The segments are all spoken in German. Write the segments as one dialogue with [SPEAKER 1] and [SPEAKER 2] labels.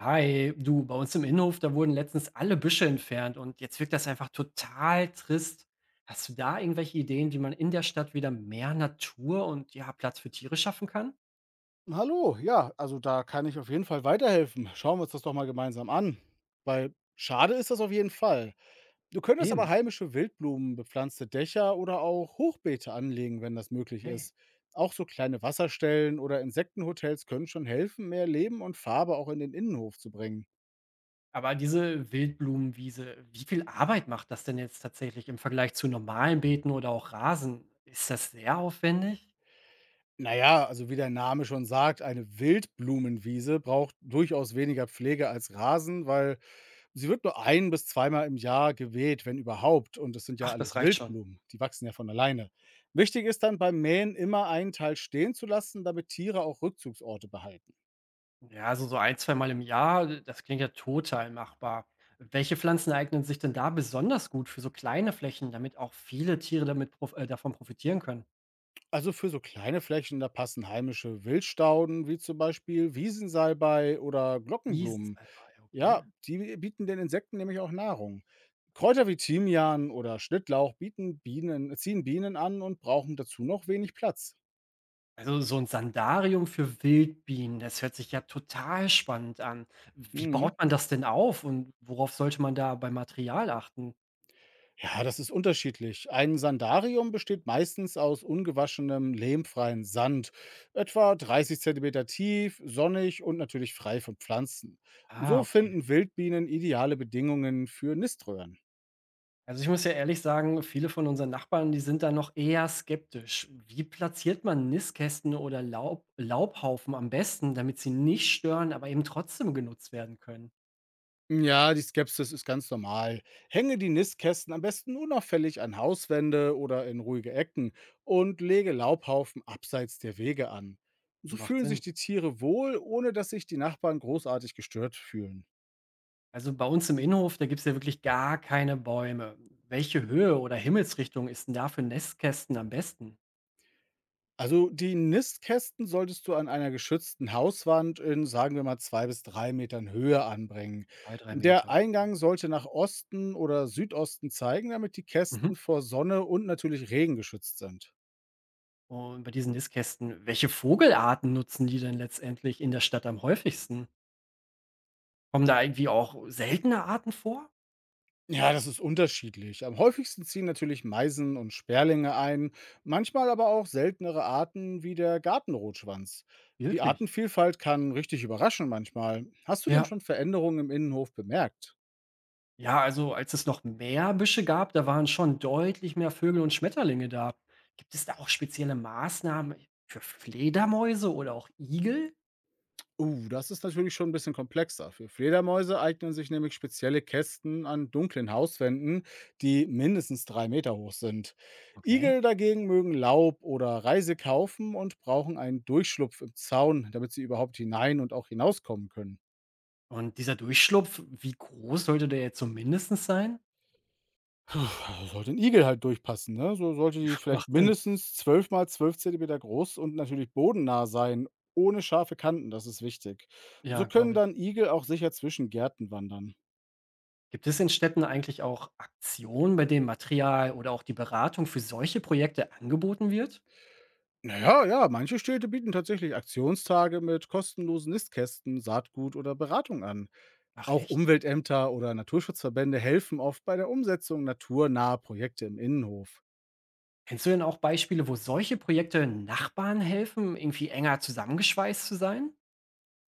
[SPEAKER 1] Hi, du, bei uns im Innenhof, da wurden letztens alle Büsche entfernt und jetzt wirkt das einfach total trist. Hast du da irgendwelche Ideen, wie man in der Stadt wieder mehr Natur und ja, Platz für Tiere schaffen kann?
[SPEAKER 2] Hallo, ja, also da kann ich auf jeden Fall weiterhelfen. Schauen wir uns das doch mal gemeinsam an, weil schade ist das auf jeden Fall. Du könntest aber
[SPEAKER 1] Eben,
[SPEAKER 2] heimische Wildblumen, bepflanzte Dächer oder auch Hochbeete anlegen, wenn das möglich
[SPEAKER 1] okay.
[SPEAKER 2] ist. Auch so kleine Wasserstellen oder Insektenhotels können schon helfen, mehr Leben und Farbe auch in den Innenhof zu bringen.
[SPEAKER 1] Aber diese Wildblumenwiese, wie viel Arbeit macht das denn jetzt tatsächlich im Vergleich zu normalen Beeten oder auch Rasen? Ist das sehr aufwendig?
[SPEAKER 2] Na ja, also wie der Name schon sagt, eine Wildblumenwiese braucht durchaus weniger Pflege als Rasen, weil sie wird nur ein bis zweimal im Jahr geweht, wenn überhaupt. Und es sind ja
[SPEAKER 1] Ach, das
[SPEAKER 2] alles
[SPEAKER 1] reicht schon.
[SPEAKER 2] Wildblumen, die wachsen ja von alleine. Wichtig ist dann beim Mähen immer einen Teil stehen zu lassen, damit Tiere auch Rückzugsorte behalten.
[SPEAKER 1] Ja, also so ein, zwei Mal im Jahr, das klingt ja total machbar. Welche Pflanzen eignen sich denn da besonders gut für so kleine Flächen, damit auch viele Tiere damit prof davon profitieren können?
[SPEAKER 2] Also für so kleine Flächen, da passen heimische Wildstauden, wie zum Beispiel Wiesensalbei oder Glockenblumen.
[SPEAKER 1] Riesensalbei, okay.
[SPEAKER 2] Ja, die bieten den Insekten nämlich auch Nahrung. Kräuter wie Thymian oder Schnittlauch bieten Bienen, ziehen Bienen an und brauchen dazu noch wenig Platz.
[SPEAKER 1] Also so ein Sandarium für Wildbienen, das hört sich ja total spannend an. Wie
[SPEAKER 2] Mhm.
[SPEAKER 1] baut man das denn auf und worauf sollte man da beim Material achten?
[SPEAKER 2] Ja, das ist unterschiedlich. Ein Sandarium besteht meistens aus ungewaschenem, lehmfreien Sand, etwa 30 Zentimeter tief, sonnig und natürlich frei von Pflanzen.
[SPEAKER 1] Ah,
[SPEAKER 2] So
[SPEAKER 1] okay.
[SPEAKER 2] finden Wildbienen ideale Bedingungen für Niströhren.
[SPEAKER 1] Also ich muss ja ehrlich sagen, viele von unseren Nachbarn, die sind da noch eher skeptisch. Wie platziert man Nistkästen oder Laubhaufen am besten, damit sie nicht stören, aber eben trotzdem genutzt werden können?
[SPEAKER 2] Ja, die Skepsis ist ganz normal. Hänge die Nistkästen am besten unauffällig an Hauswände oder in ruhige Ecken und lege Laubhaufen abseits der Wege an. So
[SPEAKER 1] Macht
[SPEAKER 2] fühlen sich
[SPEAKER 1] Sinn.
[SPEAKER 2] die Tiere wohl, ohne dass sich die Nachbarn großartig gestört fühlen.
[SPEAKER 1] Also bei uns im Innenhof, da gibt es ja wirklich gar keine Bäume. Welche Höhe oder Himmelsrichtung ist denn da für Nistkästen am besten?
[SPEAKER 2] Also die Nistkästen solltest du an einer geschützten Hauswand in, sagen wir mal, zwei bis drei Metern Höhe anbringen.
[SPEAKER 1] Zwei, drei
[SPEAKER 2] Der
[SPEAKER 1] Meter, okay.
[SPEAKER 2] Eingang sollte nach Osten oder Südosten zeigen, damit die
[SPEAKER 1] Mhm.
[SPEAKER 2] Kästen vor Sonne und natürlich Regen geschützt sind.
[SPEAKER 1] Und bei diesen Nistkästen, welche Vogelarten nutzen die denn letztendlich in der Stadt am häufigsten? Kommen da irgendwie auch seltene Arten vor?
[SPEAKER 2] Ja, das ist unterschiedlich. Am häufigsten ziehen natürlich Meisen und Sperlinge ein, manchmal aber auch seltenere Arten wie der Gartenrotschwanz. Die
[SPEAKER 1] Wirklich?
[SPEAKER 2] Artenvielfalt kann richtig überraschen manchmal. Hast du denn
[SPEAKER 1] Ja,
[SPEAKER 2] schon Veränderungen im Innenhof bemerkt?
[SPEAKER 1] Ja, also als es noch mehr Büsche gab, da waren schon deutlich mehr Vögel und Schmetterlinge da. Gibt es da auch spezielle Maßnahmen für Fledermäuse oder auch Igel?
[SPEAKER 2] Das ist natürlich schon ein bisschen komplexer. Für Fledermäuse eignen sich nämlich spezielle Kästen an dunklen Hauswänden, die mindestens drei Meter hoch sind.
[SPEAKER 1] Okay.
[SPEAKER 2] Igel dagegen mögen Laub oder Reise kaufen und brauchen einen Durchschlupf im Zaun, damit sie überhaupt hinein und auch hinauskommen können.
[SPEAKER 1] Und dieser Durchschlupf, wie groß sollte der jetzt so mindestens sein?
[SPEAKER 2] Puh, sollte ein Igel halt durchpassen, ne? So sollte die vielleicht
[SPEAKER 1] Macht Sinn.
[SPEAKER 2] mindestens 12 mal 12 Zentimeter groß und natürlich bodennah sein, ohne scharfe Kanten, das ist wichtig. So
[SPEAKER 1] Ja,
[SPEAKER 2] können
[SPEAKER 1] glaube ich.
[SPEAKER 2] dann Igel auch sicher zwischen Gärten wandern.
[SPEAKER 1] Gibt es in Städten eigentlich auch Aktionen, bei denen Material oder auch die Beratung für solche Projekte angeboten wird?
[SPEAKER 2] Na ja, ja, manche Städte bieten tatsächlich Aktionstage mit kostenlosen Nistkästen, Saatgut oder Beratung an.
[SPEAKER 1] Ach
[SPEAKER 2] Auch
[SPEAKER 1] echt?
[SPEAKER 2] Umweltämter oder Naturschutzverbände helfen oft bei der Umsetzung naturnaher Projekte im Innenhof.
[SPEAKER 1] Kennst du denn auch Beispiele, wo solche Projekte Nachbarn helfen, irgendwie enger zusammengeschweißt zu sein?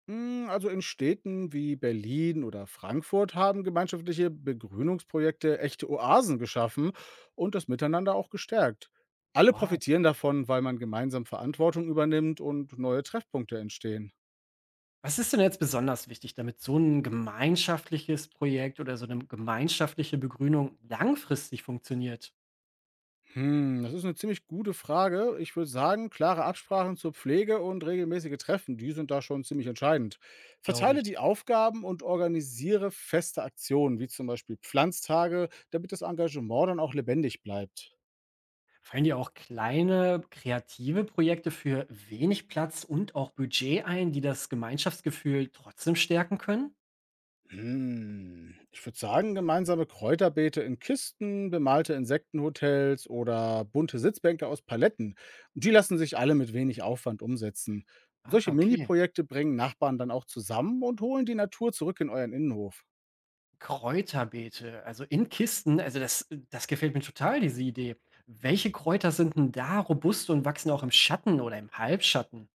[SPEAKER 2] Also in Städten wie Berlin oder Frankfurt haben gemeinschaftliche Begrünungsprojekte echte Oasen geschaffen und das Miteinander auch gestärkt. Alle
[SPEAKER 1] Wow.
[SPEAKER 2] profitieren davon, weil man gemeinsam Verantwortung übernimmt und neue Treffpunkte entstehen.
[SPEAKER 1] Was ist denn jetzt besonders wichtig, damit so ein gemeinschaftliches Projekt oder so eine gemeinschaftliche Begrünung langfristig funktioniert,
[SPEAKER 2] Das ist eine ziemlich gute Frage. Ich würde sagen, klare Absprachen zur Pflege und regelmäßige Treffen, die sind da schon ziemlich entscheidend.
[SPEAKER 1] glaube
[SPEAKER 2] Verteile
[SPEAKER 1] ich?
[SPEAKER 2] die Aufgaben und organisiere feste Aktionen, wie zum Beispiel Pflanztage, damit das Engagement dann auch lebendig bleibt.
[SPEAKER 1] Fallen dir auch kleine kreative Projekte für wenig Platz und auch Budget ein, die das Gemeinschaftsgefühl trotzdem stärken können?
[SPEAKER 2] Ich würde sagen, gemeinsame Kräuterbeete in Kisten, bemalte Insektenhotels oder bunte Sitzbänke aus Paletten. Die lassen sich alle mit wenig Aufwand umsetzen.
[SPEAKER 1] Ah,
[SPEAKER 2] Solche
[SPEAKER 1] okay.
[SPEAKER 2] Mini-Projekte bringen Nachbarn dann auch zusammen und holen die Natur zurück in euren Innenhof.
[SPEAKER 1] Kräuterbeete, also in Kisten, also das gefällt mir total, diese Idee. Welche Kräuter sind denn da robust und wachsen auch im Schatten oder im Halbschatten?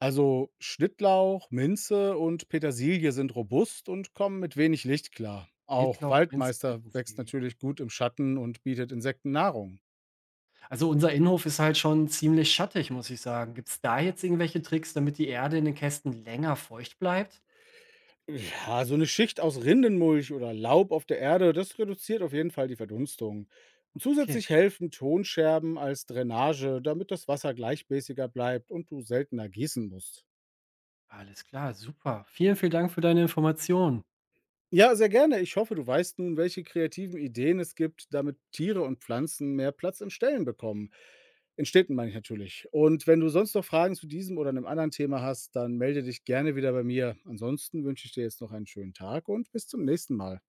[SPEAKER 2] Also Schnittlauch, Minze und Petersilie sind robust und kommen mit wenig Licht klar. Auch
[SPEAKER 1] Mittlauch, Minze,
[SPEAKER 2] Waldmeister wächst
[SPEAKER 1] Petersilie.
[SPEAKER 2] natürlich gut im Schatten und bietet Insekten Nahrung.
[SPEAKER 1] Also unser Innenhof ist halt schon ziemlich schattig, muss ich sagen. Gibt's da jetzt irgendwelche Tricks, damit die Erde in den Kästen länger feucht bleibt?
[SPEAKER 2] Ja, so eine Schicht aus Rindenmulch oder Laub auf der Erde, das reduziert auf jeden Fall die Verdunstung.
[SPEAKER 1] Okay,
[SPEAKER 2] Zusätzlich helfen Tonscherben als Drainage, damit das Wasser gleichmäßiger bleibt und du seltener gießen musst.
[SPEAKER 1] alles klar, super. Vielen, vielen Dank für deine Informationen.
[SPEAKER 2] Ja, sehr gerne. Ich hoffe, du weißt nun, welche kreativen Ideen es gibt, damit Tiere und Pflanzen mehr Platz in Stellen bekommen. In Städten meine ich natürlich. Und wenn du sonst noch Fragen zu diesem oder einem anderen Thema hast, dann melde dich gerne wieder bei mir. Ansonsten wünsche ich dir jetzt noch einen schönen Tag und bis zum nächsten Mal.